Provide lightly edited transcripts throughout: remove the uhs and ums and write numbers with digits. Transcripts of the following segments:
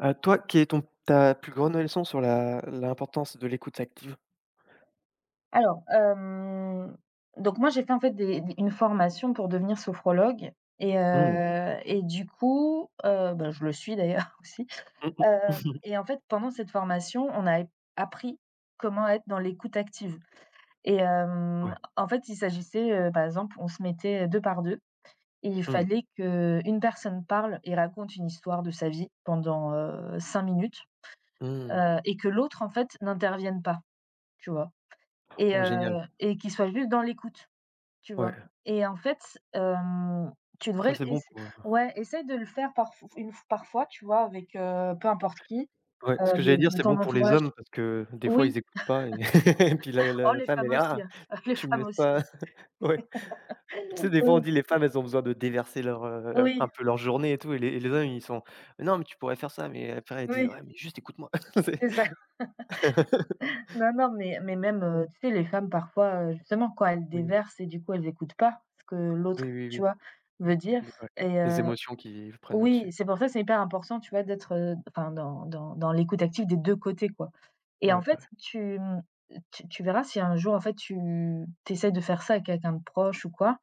Toi, quelle est ton ta plus grande leçon sur la l'importance de l'écoute active? Alors, donc moi, j'ai fait, en fait, des une formation pour devenir sophrologue et Mmh. Et du coup, bah, je le suis d'ailleurs aussi, Mmh mh. hem et en fait, pendant cette formation, on a appris comment être dans l'écoute active et Ouais. en fait, il s'agissait, par exemple, on se mettait 2 par 2 et il Mmh. fallait qu'une personne parle et raconte une histoire de sa vie pendant, 5 minutes, Mmh. Et que l'autre, en fait, n'intervienne pas, tu vois? Oh génial. Et qu'il soit juste dans l'écoute. Tu Ouais. vois? Et en fait, hem, tu devrais Ça l c'est bon ess pour, ouais, essaye de le faire parf une f parfois, tu vois, avec, peu importe qui, ouais, ce que j'allais dire, de c'est ton bon pour les entourage. hommes parce que des fois ils Oui. écoutent pas et et puis la la Oh, la les femme femmes elle est: aussi, «Ah, hein, les tu me femmes laisses aussi. pas». Ouais. Tu sais, des fois on Oui, dit les femmes elles ont besoin de déverser leur, un oui, peu leur journée et tout et les hommes ils sont: «Non mais tu pourrais faire ça», mais après ils disent: oui, «Ouais mais juste écoute-moi». C'est c'est ça. Non, non, mais même, tu sais, les femmes parfois, justement, quand elles oui. déversent et du coup, elles n'écoutent pas ce que l'autre, Oui, oui, tu oui. vois, veut dire. Les Ouais. Et Les émotions qui prennent le oui, dessus. c'est pour ça que c'est hyper important, tu vois, d'être, enfin, dans l'écoute active des 2 côtés, quoi. Et en Ouais, fait, ouais. tu, tu verras si un jour, en fait, tu essaies de faire ça avec quelqu'un de proche ou quoi,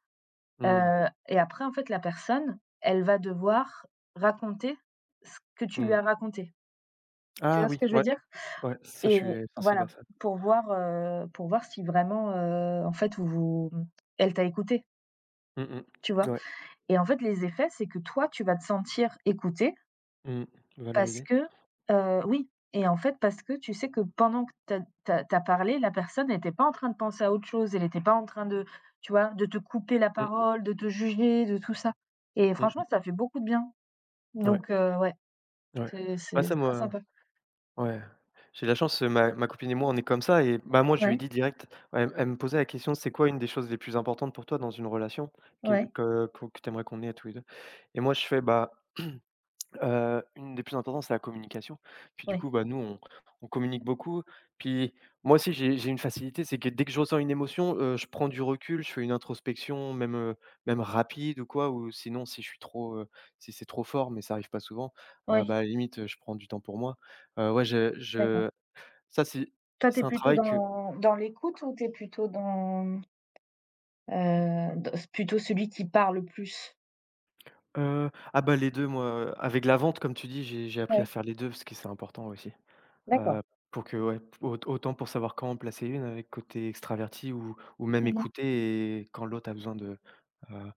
Mmh. Et après, en fait, la personne, elle va devoir raconter ce que tu lui Mmh. as raconté. Tu Ah vois ce oui, que je veux ouais, dire? ouais, ça je Et suis sensible voilà, à ça. Pour voir si vraiment, en fait, vous vous elle t'a écouté, Mmh mh. tu vois? Ouais. Et en fait, les effets, c'est que toi, tu vas te sentir écouté. Mmh. Parce Valoriser. que, oui et en fait, parce que tu sais que pendant que tu as parlé, la personne était pas en train de penser à autre chose, elle était pas en train de tu vois, de te couper la Mmh parole, de te juger, de tout ça et mh. franchement, ça fait beaucoup de bien. Mmh. Ouais, Donc ouais, ouais. c'est Ouais, c'est ça très moi, sympa. ouais. J'ai de la chance. Ma copine et moi, on est comme ça et bah, moi je lui ai Ouais, dit direct. Elle me posait la question: «C'est quoi une des choses les plus importantes pour toi dans une relation? Que ouais, que que tu aimerais qu'on ait tous les deux». Et moi je fais: «Bah, une des plus importantes, c'est la communication. Puis du oui, coup, bah, nous, on communique beaucoup». Puis moi aussi, j'ai une facilité. C'est que dès que je ressens une émotion, je prends du recul, je fais une introspection, même, même rapide ou quoi, ou sinon si je suis trop, si c'est trop fort, mais ça arrive pas souvent, bah, oui, à la limite, je prends du temps pour moi. Ouais, d'accord. je ça, c'est Toi, tu es un plutôt travail que, dans l'écoute ou tu es plutôt dans, dans plutôt celui qui parle plus? Ah bah, les deux, moi, avec la vente, comme tu dis, j'ai appris à Ouais, faire les 2, parce que c'est important aussi. d'accord. Heu, pour que, ouais, au autant pour savoir quand en placer une avec côté extraverti ou même Mmh mh. écouter, et quand l'autre a besoin euh,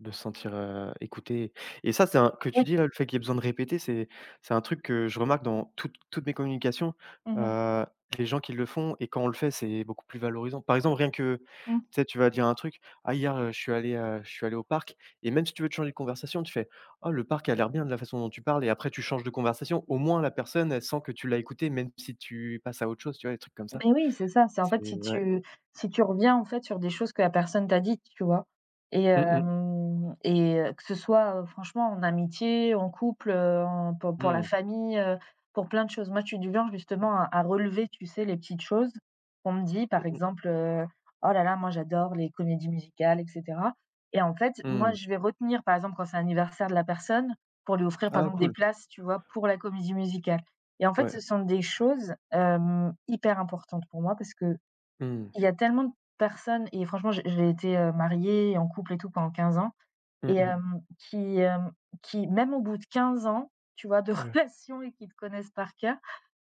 de se sentir, écouté. Et ça, c'est un que Oui. tu dis là, le fait qu'il y ait besoin de répéter. C'est un truc que je remarque dans toutes mes communications. Mmh mh. heu, les gens qui le font, et quand on le fait, c'est beaucoup plus valorisant. Par exemple, rien que, tu Mmh. sais, tu vas dire un truc: «Ah hier, je suis allé au parc», et même si tu veux te changer de conversation, tu fais: «Oh le parc a l'air bien de la façon dont tu parles», et après tu changes de conversation. Au moins la personne, elle sent que tu l'as écouté même si tu passes à autre chose, tu vois? Des trucs comme ça. Mais oui, c'est ça, c'est en C'est fait si Ouais. tu si tu reviens en fait sur des choses que la personne t'a dites, tu vois? Et Mmh mh. hem et que ce soit, franchement en amitié, en couple, en pour la Mmh. famille, pour plein de choses. Moi, je suis du genre justement à relever, tu sais, les petites choses qu'on me dit. Par Mmh mh. exemple, «Oh là là, moi j'adore les comédies musicales» et cetera. Et en fait, moi, Mmh. je vais retenir, par exemple, quand c'est l'anniversaire de la personne, pour lui offrir, par Ah exemple, des cool. places, tu vois, pour la comédie musicale. Et en fait, Ouais. ce sont des choses, hyper importantes pour moi parce que Mmh. il y a tellement de personnes et franchement, j'ai été, mariée, en couple et tout pendant 15 ans Mmh et mh. Qui même au bout de 15 ans, tu vois, de Ouais. relation et qui te connaissent par cœur,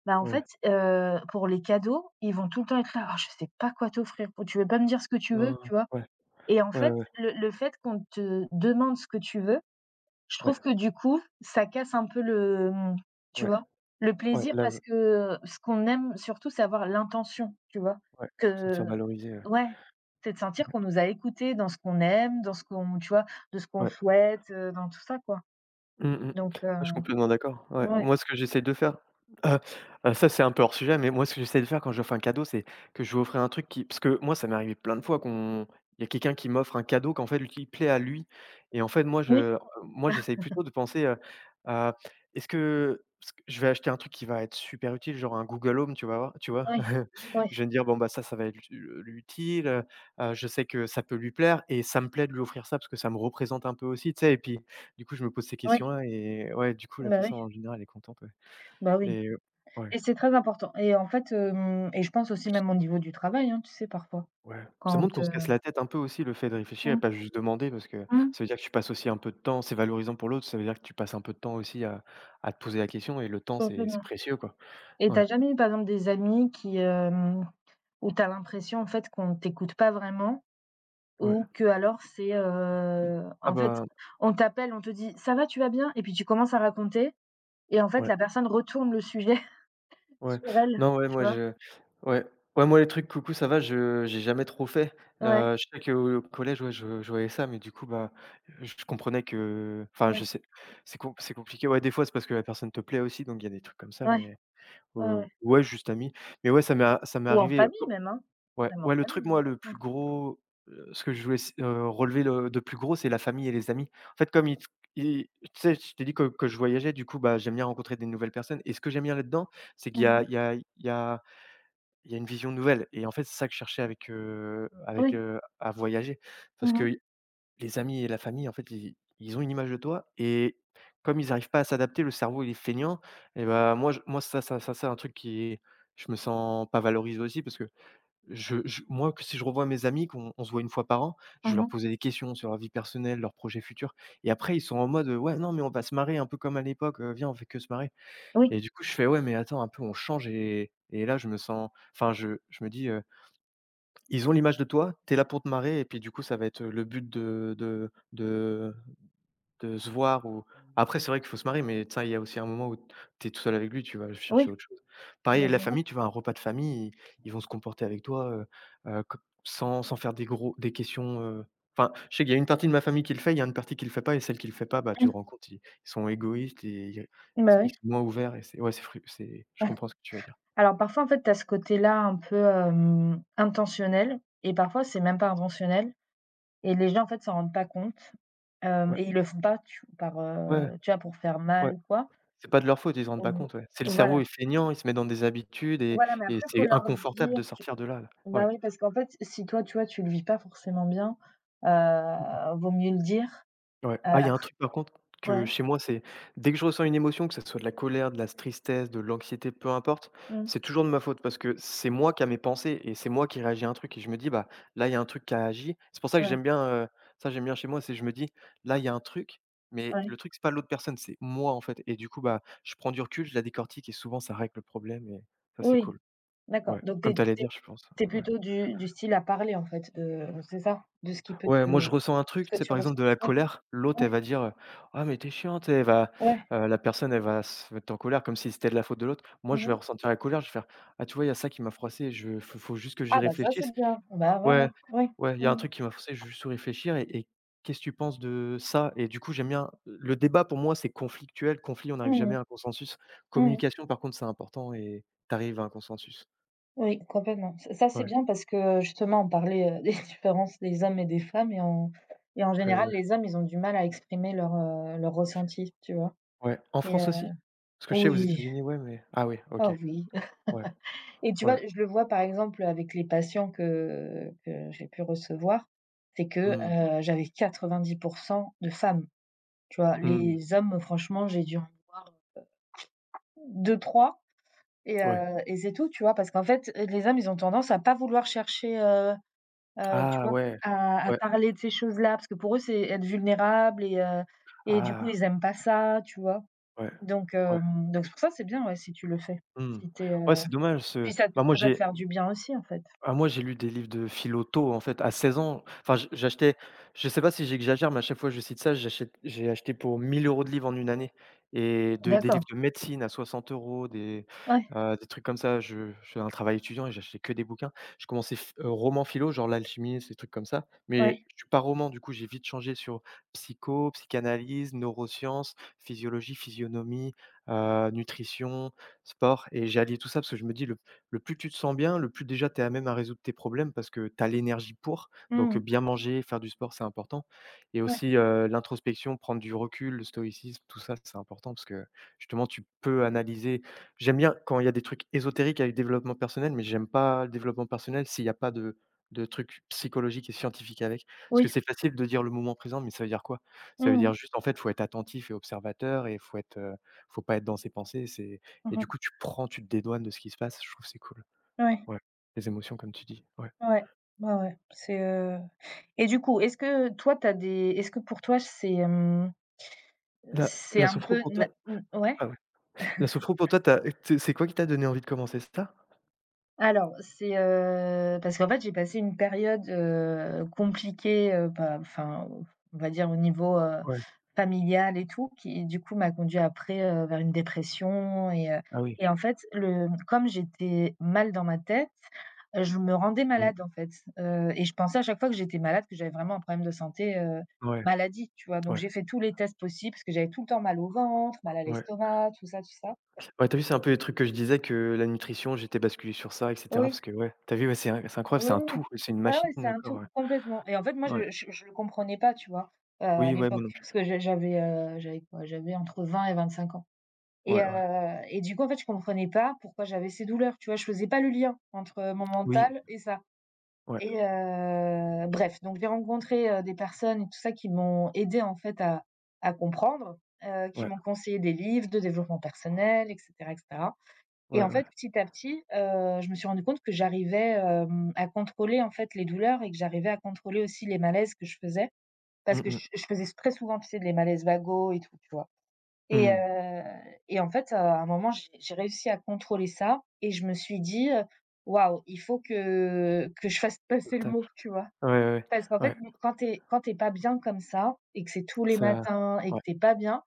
bah, en Ouais, fait, pour les cadeaux, ils vont tout le temps être là: «Ah, je sais pas quoi t'offrir, tu veux pas me dire ce que tu veux?» hein, tu vois? ouais, Et en ouais, fait, ouais, le fait qu'on te demande ce que tu veux, je ouais, trouve que du coup, ça casse un peu le, tu ouais, vois? Le ouais, plaisir là, parce que ce qu'on aime surtout, c'est avoir l'intention, tu vois? ouais, se sentir Que valorisé, ouais. ouais, c'est de sentir qu'on nous a écoutés dans ce qu'on aime, dans ce qu'on tu vois? De ce qu'on Ouais. souhaite, dans tout ça, quoi. Mmh mh. Ouais, Donc je suis complètement d'accord. Ouais, ouais. moi, ce que j'essaie de faire, heu, ça, c'est un peu hors sujet, mais moi, ce que j'essaie de faire quand je lui offre un cadeau, c'est que je lui offrir un truc qui, parce que moi, ça m'est arrivé plein de fois qu'on, il y a quelqu'un qui m'offre un cadeau qu'en fait, lui qui plaît à lui. Et en fait, moi, Oui, je, moi, j'essaye plutôt de penser, à est-ce que ce que je vais acheter un truc qui va être super utile, genre un Google Home, tu vas voir, tu vois? oui, oui, Je vais me dire: «Bon, bah, ça va être ut utile, je sais que ça peut lui plaire», et ça me plaît de lui offrir ça parce que ça me représente un peu aussi, tu sais? Et puis du coup, je me pose ces oui, questions-là et ouais, du coup, la bah, personne oui, en général, elle est contente, ouais, bah, oui et, ouais, et c'est très important et en fait, hem et je pense aussi même au niveau du travail, hein, tu sais parfois ouais. Ça quand, montre qu'on se casse la tête un peu aussi, le fait de réfléchir et mmh, pas juste demander, parce que mmh, ça veut dire que tu passes aussi un peu de temps, c'est valorisant pour l'autre, ça veut dire que tu passes un peu de temps aussi à te poser la question, et le temps, c'est complètement. précieux, quoi. Et tu as Ouais, jamais eu par exemple des amis qui, hem où tu as l'impression en fait qu'on t'écoute pas vraiment ouais. ou que alors c'est, Ah en fait, bah, on t'appelle, on te dit: «Ça va, tu vas bien?» et puis tu commences à raconter et en fait ouais. la personne retourne le sujet Ouais. sur elle, Non, ouais, tu moi vois? je ouais. Ouais, moi les trucs coucou, ça va, je j'ai jamais trop fait. Ouais, Je sais qu'au collège, ouais, je voyais ça, mais du coup, bah, je comprenais que, enfin, je ouais, sais, c'est compliqué. Ouais, des fois, c'est parce que la personne te plaît aussi, donc il y a des trucs comme ça, ouais, mais, ouais, ouais. ouais, juste amis. Mais ouais, ça m'est Ou en arrivé. famille même, hein. Ouais, Même en ouais, le truc, famille, hein. moi, le Mmh. plus gros, ce que je voulais s relever le de plus gros, c'est la famille et les amis. En fait, comme ils t tu sais, je t'ai dit que je voyageais, du coup, bah, j'aime bien rencontrer des nouvelles personnes, et ce que j'aime bien là-dedans, c'est qu'il y a Mmh. il y a il y a il y a une vision nouvelle, et en fait, c'est ça que je cherchais Oui. À voyager. Parce Mmh mh. que les amis et la famille, en fait, ils ont une image de toi, et comme ils n'arrivent pas à s'adapter, le cerveau, il est feignant, et bah, moi, je moi, ça ça, c'est un truc qui, je me sens pas valorisé aussi parce que je moi, que si je revois mes amis, qu'on se voit une fois par an, je vais leur Mmh. poser des questions sur leur vie personnelle, leurs projets futurs, et après ils sont en mode: «Ouais, non, mais on va se marrer un peu comme à l'époque, viens, on fait que se marrer». Oui, Et du coup je fais: «Ouais, mais attends un peu, on change», et là je me sens, enfin je me dis: «Ils ont l'image de toi, t'es là pour te marrer», et puis du coup ça va être, le but de se voir, ou après c'est vrai qu'il faut se marier, mais tu sais, il y a aussi un moment où tu es tout seul avec lui, tu vas oui, chercher autre chose. Pareil, bien la sûr. famille, tu vois, un repas de famille, ils vont se comporter avec toi, co sans faire des gros des questions, enfin, je sais qu'il y a une partie de ma famille qui le fait, il y a une partie qui le fait pas, et celle qui le fait pas, bah, tu Mmh. te rends compte, ils sont égoïstes, et ils Bah, ils oui. sont moins ouverts, et c'est, ouais, c'est fru c'est je comprends ce que tu veux dire. Alors parfois en fait, tu as ce côté-là un peu, intentionnel et parfois c'est même pas intentionnel et les gens en fait s'en rendent pas compte. Hem Ouais, Et ils le font pas tu par, ouais, tu vois, pour faire mal ouais. ou quoi. C'est pas de leur faute, ils se rendent pas Vo compte, ouais. C'est le Voilà, cerveau est feignant, il se met dans des habitudes, et voilà, mais après, faut c'est leur inconfortable dire de tu sortir de là, là. bah, Ouais. oui, parce qu'en fait, si toi, tu vois, tu le vis pas forcément bien, vaut mieux le dire, Ouais. Ah, il y a un après truc par contre que ouais, chez moi, c'est dès que je ressens une émotion, que ça soit de la colère, de la tristesse, de l'anxiété, peu importe, mmh, c'est toujours de ma faute parce que c'est moi qui a mes pensées, et c'est moi qui réagis à un truc, et je me dis, bah là, il y a un truc qui a agi. C'est pour ça que ouais, j'aime bien, heu, ça j'aime bien chez moi, c'est je me dis: «Là, il y a un truc», mais le ouais. truc, c'est pas l'autre personne, c'est moi en fait, et du coup, bah, je prends du recul, je la décortique, et souvent ça règle le problème, et ça, c'est Oui, cool. d'accord, Ouais, donc comme tu allais dire, je pense. tu es Ouais. plutôt du style à parler, en fait, de c'est ça? De ce qui peut Ouais, te moi je ressens un ce truc, tu que sais, tu par exemple ressens. de la Ouais, colère, l'autre ouais, elle va dire: «Ah mais t'es chiante», ouais. La personne elle va se mettre en colère comme si c'était de la faute de l'autre. Moi Mmh je vais mh. ressentir la colère, je vais faire: «Ah tu vois, il y a ça qui m'a froissé, je faut faut juste que j'y Ah bah, ça, c'est réfléchisse». bien. Bah, voilà, Ouais, oui. ouais, il y a un Mmh mh. truc qui m'a froissé, je vais juste réfléchir, et qu'est-ce que tu penses de ça? Et du coup j'aime bien le débat, pour moi c'est conflictuel, conflit, on n'arrive Mmh jamais mh. à un consensus. Mmh mh. Communication par contre c'est important, et t'arrives à un consensus. Oui, complètement. Ç Ça, c'est Ouais, bien parce que, justement, on parlait, des différences des hommes et des femmes et en ouais, général, ouais, les hommes, ils ont du mal à exprimer leur, leur ressenti, tu vois? ouais. En Et France aussi? Parce que je sais aux oui, États-Unis, ouais, mais, ah oui, OK. ah oui Ouais, et tu vois, ouais. je le vois, par exemple, avec les patients que j'ai pu recevoir, c'est que, Mmh. J'avais 90% de femmes, tu vois? Mmh. Les hommes, franchement, j'ai dû en voir deux trois Ouais. Et c'est tout, tu vois? Parce qu'en fait, les hommes, ils ont tendance à pas vouloir chercher, tu Ah vois? ouais. À Ouais. parler de ces choses-là, parce que pour eux, c'est être vulnérable et du coup, Ah ils aiment pas ça, tu vois? ouais, Donc ouais. Donc c'est pour ça, c'est bien, ouais, si tu le fais. Mmh. Si tu es, Ouais, c'est dommage, ce puis ça te bah, moi ça doit te j'ai faire du bien aussi, en fait. Ah moi, j'ai lu des livres de philo tôt, en fait, à 16 ans. Enfin, j'achetais je sais pas si j'exagère, mais à chaque fois que je cite ça, j'ai acheté pour 1000 euros de livres en une année et de des livres D'accord. de médecine à 60 euros Ouais, des trucs comme ça. Je faisais un travail étudiant et j'achetais que des bouquins. Je commençais ph roman philo, genre L'Alchimiste, des trucs comme ça, ouais. mais je suis pas roman, du coup, j'ai vite changé sur psycho, psychanalyse, neurosciences, physiologie, physionomie, nutrition, sport et j'ai allié tout ça parce que je me dis le plus tu te sens bien, le plus déjà tu es à même à résoudre tes problèmes parce que tu as l'énergie pour. Donc, Mmh. bien manger, faire du sport, c'est important et Ouais. aussi, l'introspection, prendre du recul, le stoïcisme, tout ça, c'est important parce que justement tu peux analyser. J'aime bien quand il y a des trucs ésotériques avec développement personnel, mais j'aime pas le développement personnel s'il n'y a pas de trucs psychologiques et scientifiques avec. Parce que Oui. c'est facile de dire le moment présent, mais ça veut dire quoi? Ça veut Mmh dire mh. juste, en fait, faut être attentif et observateur et faut pas être dans ses pensées, c'est. Et Mmh. du coup, tu prends, tu te dédouanes de ce qui se passe, je trouve que c'est cool. Ouais, Ouais, les émotions comme tu dis, ouais. ouais. Ouais, ouais. C'est, et du coup, est-ce que toi, t'as des est-ce que pour toi, c'est, La c'est la un sophro peu pour na toi, n ouais? ah ouais, la sophro pour toi, tu as c'est quoi qui t'a donné envie de commencer ça? Alors, c'est, parce qu'en fait, j'ai passé une période, compliquée, bah, enfin, on va dire au niveau, Ouais, familial et tout, qui du coup m'a conduit après, vers une dépression ah oui, et en fait, le comme j'étais mal dans ma tête, je me rendais malade, mmh, en fait, et je pensais à chaque fois que j'étais malade, que j'avais vraiment un problème de santé, ouais, maladie, tu vois? Donc ouais, j'ai fait tous les tests possibles parce que j'avais tout le temps mal au ventre, mal à ouais. l'estomac, tout ça, tout ça. Ouais, tu vu, c'est un peu les trucs que je disais que la nutrition, j'étais basculé sur ça et cetera Oui. parce que ouais, t'as vu, ouais, c'est incroyable, c'est Oui, un oui, tout, oui. c'est une Ouais, machine ouais, c'est le un corps, tout, ouais. complètement et en fait, moi, Ouais. je le comprenais pas, tu vois? À Oui, ouais, moi non l'époque, plus. parce que j'avais, j'avais quoi? J'avais entre 20 et 25 ans et Ouais, heu ouais. et du coup, en fait, je comprenais pas pourquoi j'avais ces douleurs, tu vois? Je faisais pas le lien entre mon Oui, mental et ça ouais, et bref, donc j'ai rencontré, des personnes et tout ça qui m'ont aidée, en fait, à comprendre, qui ouais, m'ont conseillé des livres de développement personnel et cetera et cetera et ouais, en ouais. fait, petit à petit, je me suis rendu compte que j'arrivais, à contrôler, en fait, les douleurs et que j'arrivais à contrôler aussi les malaises que je faisais. Parce Mmh que je mh. je faisais très souvent, tu sais, les malaises vagos et tout, tu vois? Et heu Mmh. et en fait, à un moment, j'ai réussi à contrôler ça et je me suis dit, «Waouh, il faut que je fasse passer le Partage. mot», tu vois? Ouais, ouais, Parce qu'en ouais. fait, bon, quand t'es pas bien comme ça et que c'est tous les ça matins et que ouais. t'es pas bien,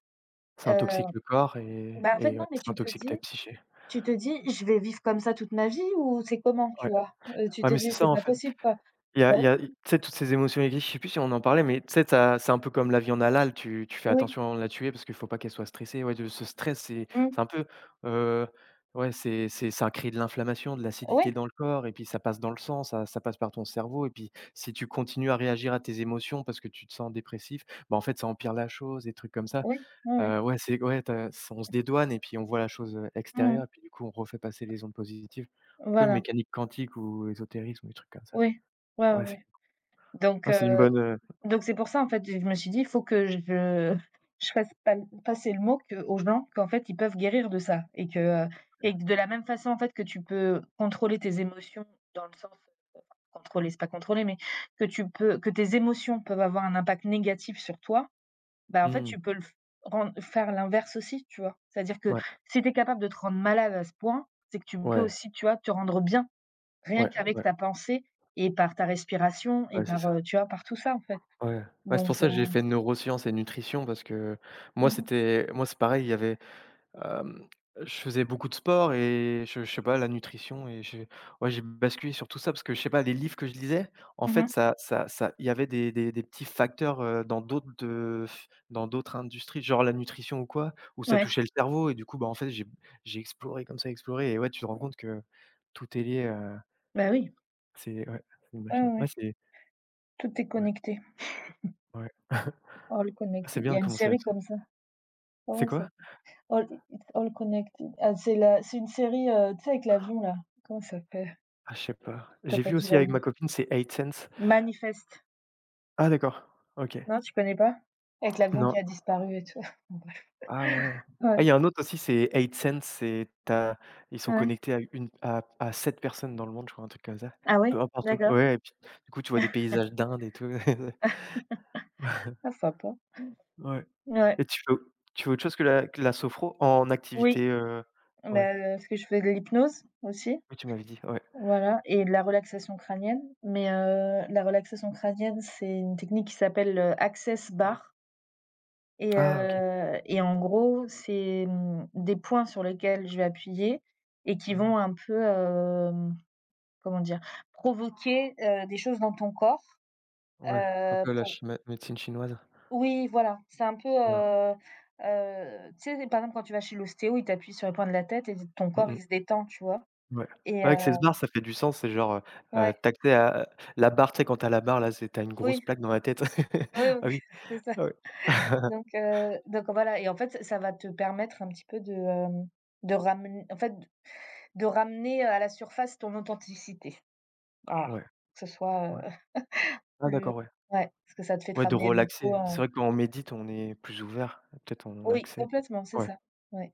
Ça heu, intoxique le corps et bah, en fait, et non, ouais, mais ça intoxique ta psyché. tu te dis: «Je vais vivre comme ça toute ma vie» ou c'est comment, tu Ouais. vois? Tu Ouais, te mais c'est dis: ça, «C'est en pas fait. possible, quoi». Il y a Ouais, il y a tu sais, toutes ces émotions aiguës, je sais plus si on en parlait, mais tu sais, tu as c'est un peu comme la viande halal, tu fais oui, attention à la tuer parce qu'il faut pas qu'elle soit stressée. Ouais, de ce stress, c'est mmh, c'est un peu, heu, ouais, c'est ça crée de l'inflammation, de l'acidité oui, dans le corps et puis ça passe dans le sang, ça passe par ton cerveau et puis si tu continues à réagir à tes émotions parce que tu te sens dépressif, bah, en fait, ça empire la chose, des trucs comme ça. oui, oui, oui. Ouais, c'est ouais, tu as on se dédouane et puis on voit la chose, Mmh extérieure et mh. puis du coup on refait passer les ondes positives. Un peu Voilà, mécanique quantique ou ésotérisme ou des trucs comme ça. oui. Ouais, ouais, Ouais, c'est ouais. Donc ouais, heu, c'est une bonne, donc c'est pour ça, en fait, je me suis dit: «Il faut que je fasse pa passer le mot que aux gens qu'en fait, ils peuvent guérir de ça» et que de la même façon, en fait, que tu peux contrôler tes émotions dans le sens contrôler, c'est pas contrôler, mais que tu peux que tes émotions peuvent avoir un impact négatif sur toi. Bah, en fait, mmh, tu peux le f ren faire l'inverse aussi, tu vois? C'est-à-dire que ouais, si tu es capable de te rendre malade à ce point, c'est que tu peux ouais, aussi, tu vois, te rendre bien, rien ouais, qu'avec ouais, ta pensée et par ta respiration et ouais, c'est par, ça. Tu vois, par tout ça, en fait. Ouais, ouais, c'est pour Donc ça que j'ai fait neurosciences et nutrition parce que mmh mh. Moi, c'est pareil, il y avait hem, je faisais beaucoup de sport et je sais pas, la nutrition et j'ai ouais, j'ai basculé sur tout ça parce que je sais pas, les livres que je lisais, en fait, Mmh. ça il y avait des petits facteurs, dans d'autres industries, genre la nutrition ou quoi, où ça Ouais, touchait le cerveau et du coup, bah, en fait, j'ai exploré comme ça, exploré et ouais, tu te rends compte que tout est lié, bah, oui. c'est ouais, c'est une Ouais, machine. Ouais, ouais, c'est tout est ouais, connecté. ouais. All C'est Connected. Il bien y de a une commencer à série ça. comme ça. Comment C'est ouais, ça quoi? s'appelle? All It's All Connected. Ah, c'est une série, tu sais, avec l'avion, là. Comment ça s'appelle? Ah, je sais pas. T'as J'ai pas vu dû aussi la avec ma voir. copine, c'est eight sense. Manifeste. Ah d'accord, OK. Non, tu connais pas? Avec l'avion Non. qui a disparu et tout. Ah ouais. Ah, Ouais, il y a un autre aussi, c'est AidSense, c'est tu as ils sont ouais. connectés à une à 7 personnes dans le monde, je crois, un truc comme ça. Ah ouais? Peu importe où. D'accord. Ouais et puis, du coup, tu vois des paysages d'Inde et tout. Ah sympa. Ouais Ouais, et tu fais autre chose que la sophro en oui, activité, ouais. bah, parce que je fais de l'hypnose aussi, Oui, tu m'avais dit, ouais. voilà et de la relaxation crânienne. Mais, la relaxation crânienne, c'est une technique qui s'appelle, Access Bar Ah OK. Et en gros, c'est, des points sur lesquels je vais appuyer et qui vont Mmh. un peu, comment dire? Provoquer, des choses dans ton corps, Ouais, un peu à la pour. chima médecine chinoise. Oui, voilà, c'est un peu, Ouais. Tu sais, par exemple, quand tu vas chez l'ostéo, il t'appuie sur le coin de la tête et ton Mmh corps, mh. il se détend, tu vois? Ouais. Et Ouais, access bar, ça fait du sens, c'est genre, ouais, accès à la barre, tu sais, quand tu la barre là, c'est tu une grosse oui, plaque dans la tête. oui, oui, Ah oui. c'est ça. Ah ouais. Donc voilà et en fait, ça va te permettre un petit peu de, de ramener, en fait, de ramener à la surface ton authenticité. Voilà, Ouais, que ce soit, ouais. Ah plus, d'accord, ouais. ouais, parce que ça te fait Ouais, de travailler beaucoup, relaxer. C'est vrai que quand on médite, on est plus ouvert, peut-être on a oui, accès. complètement, c'est Ouais. ça, ouais.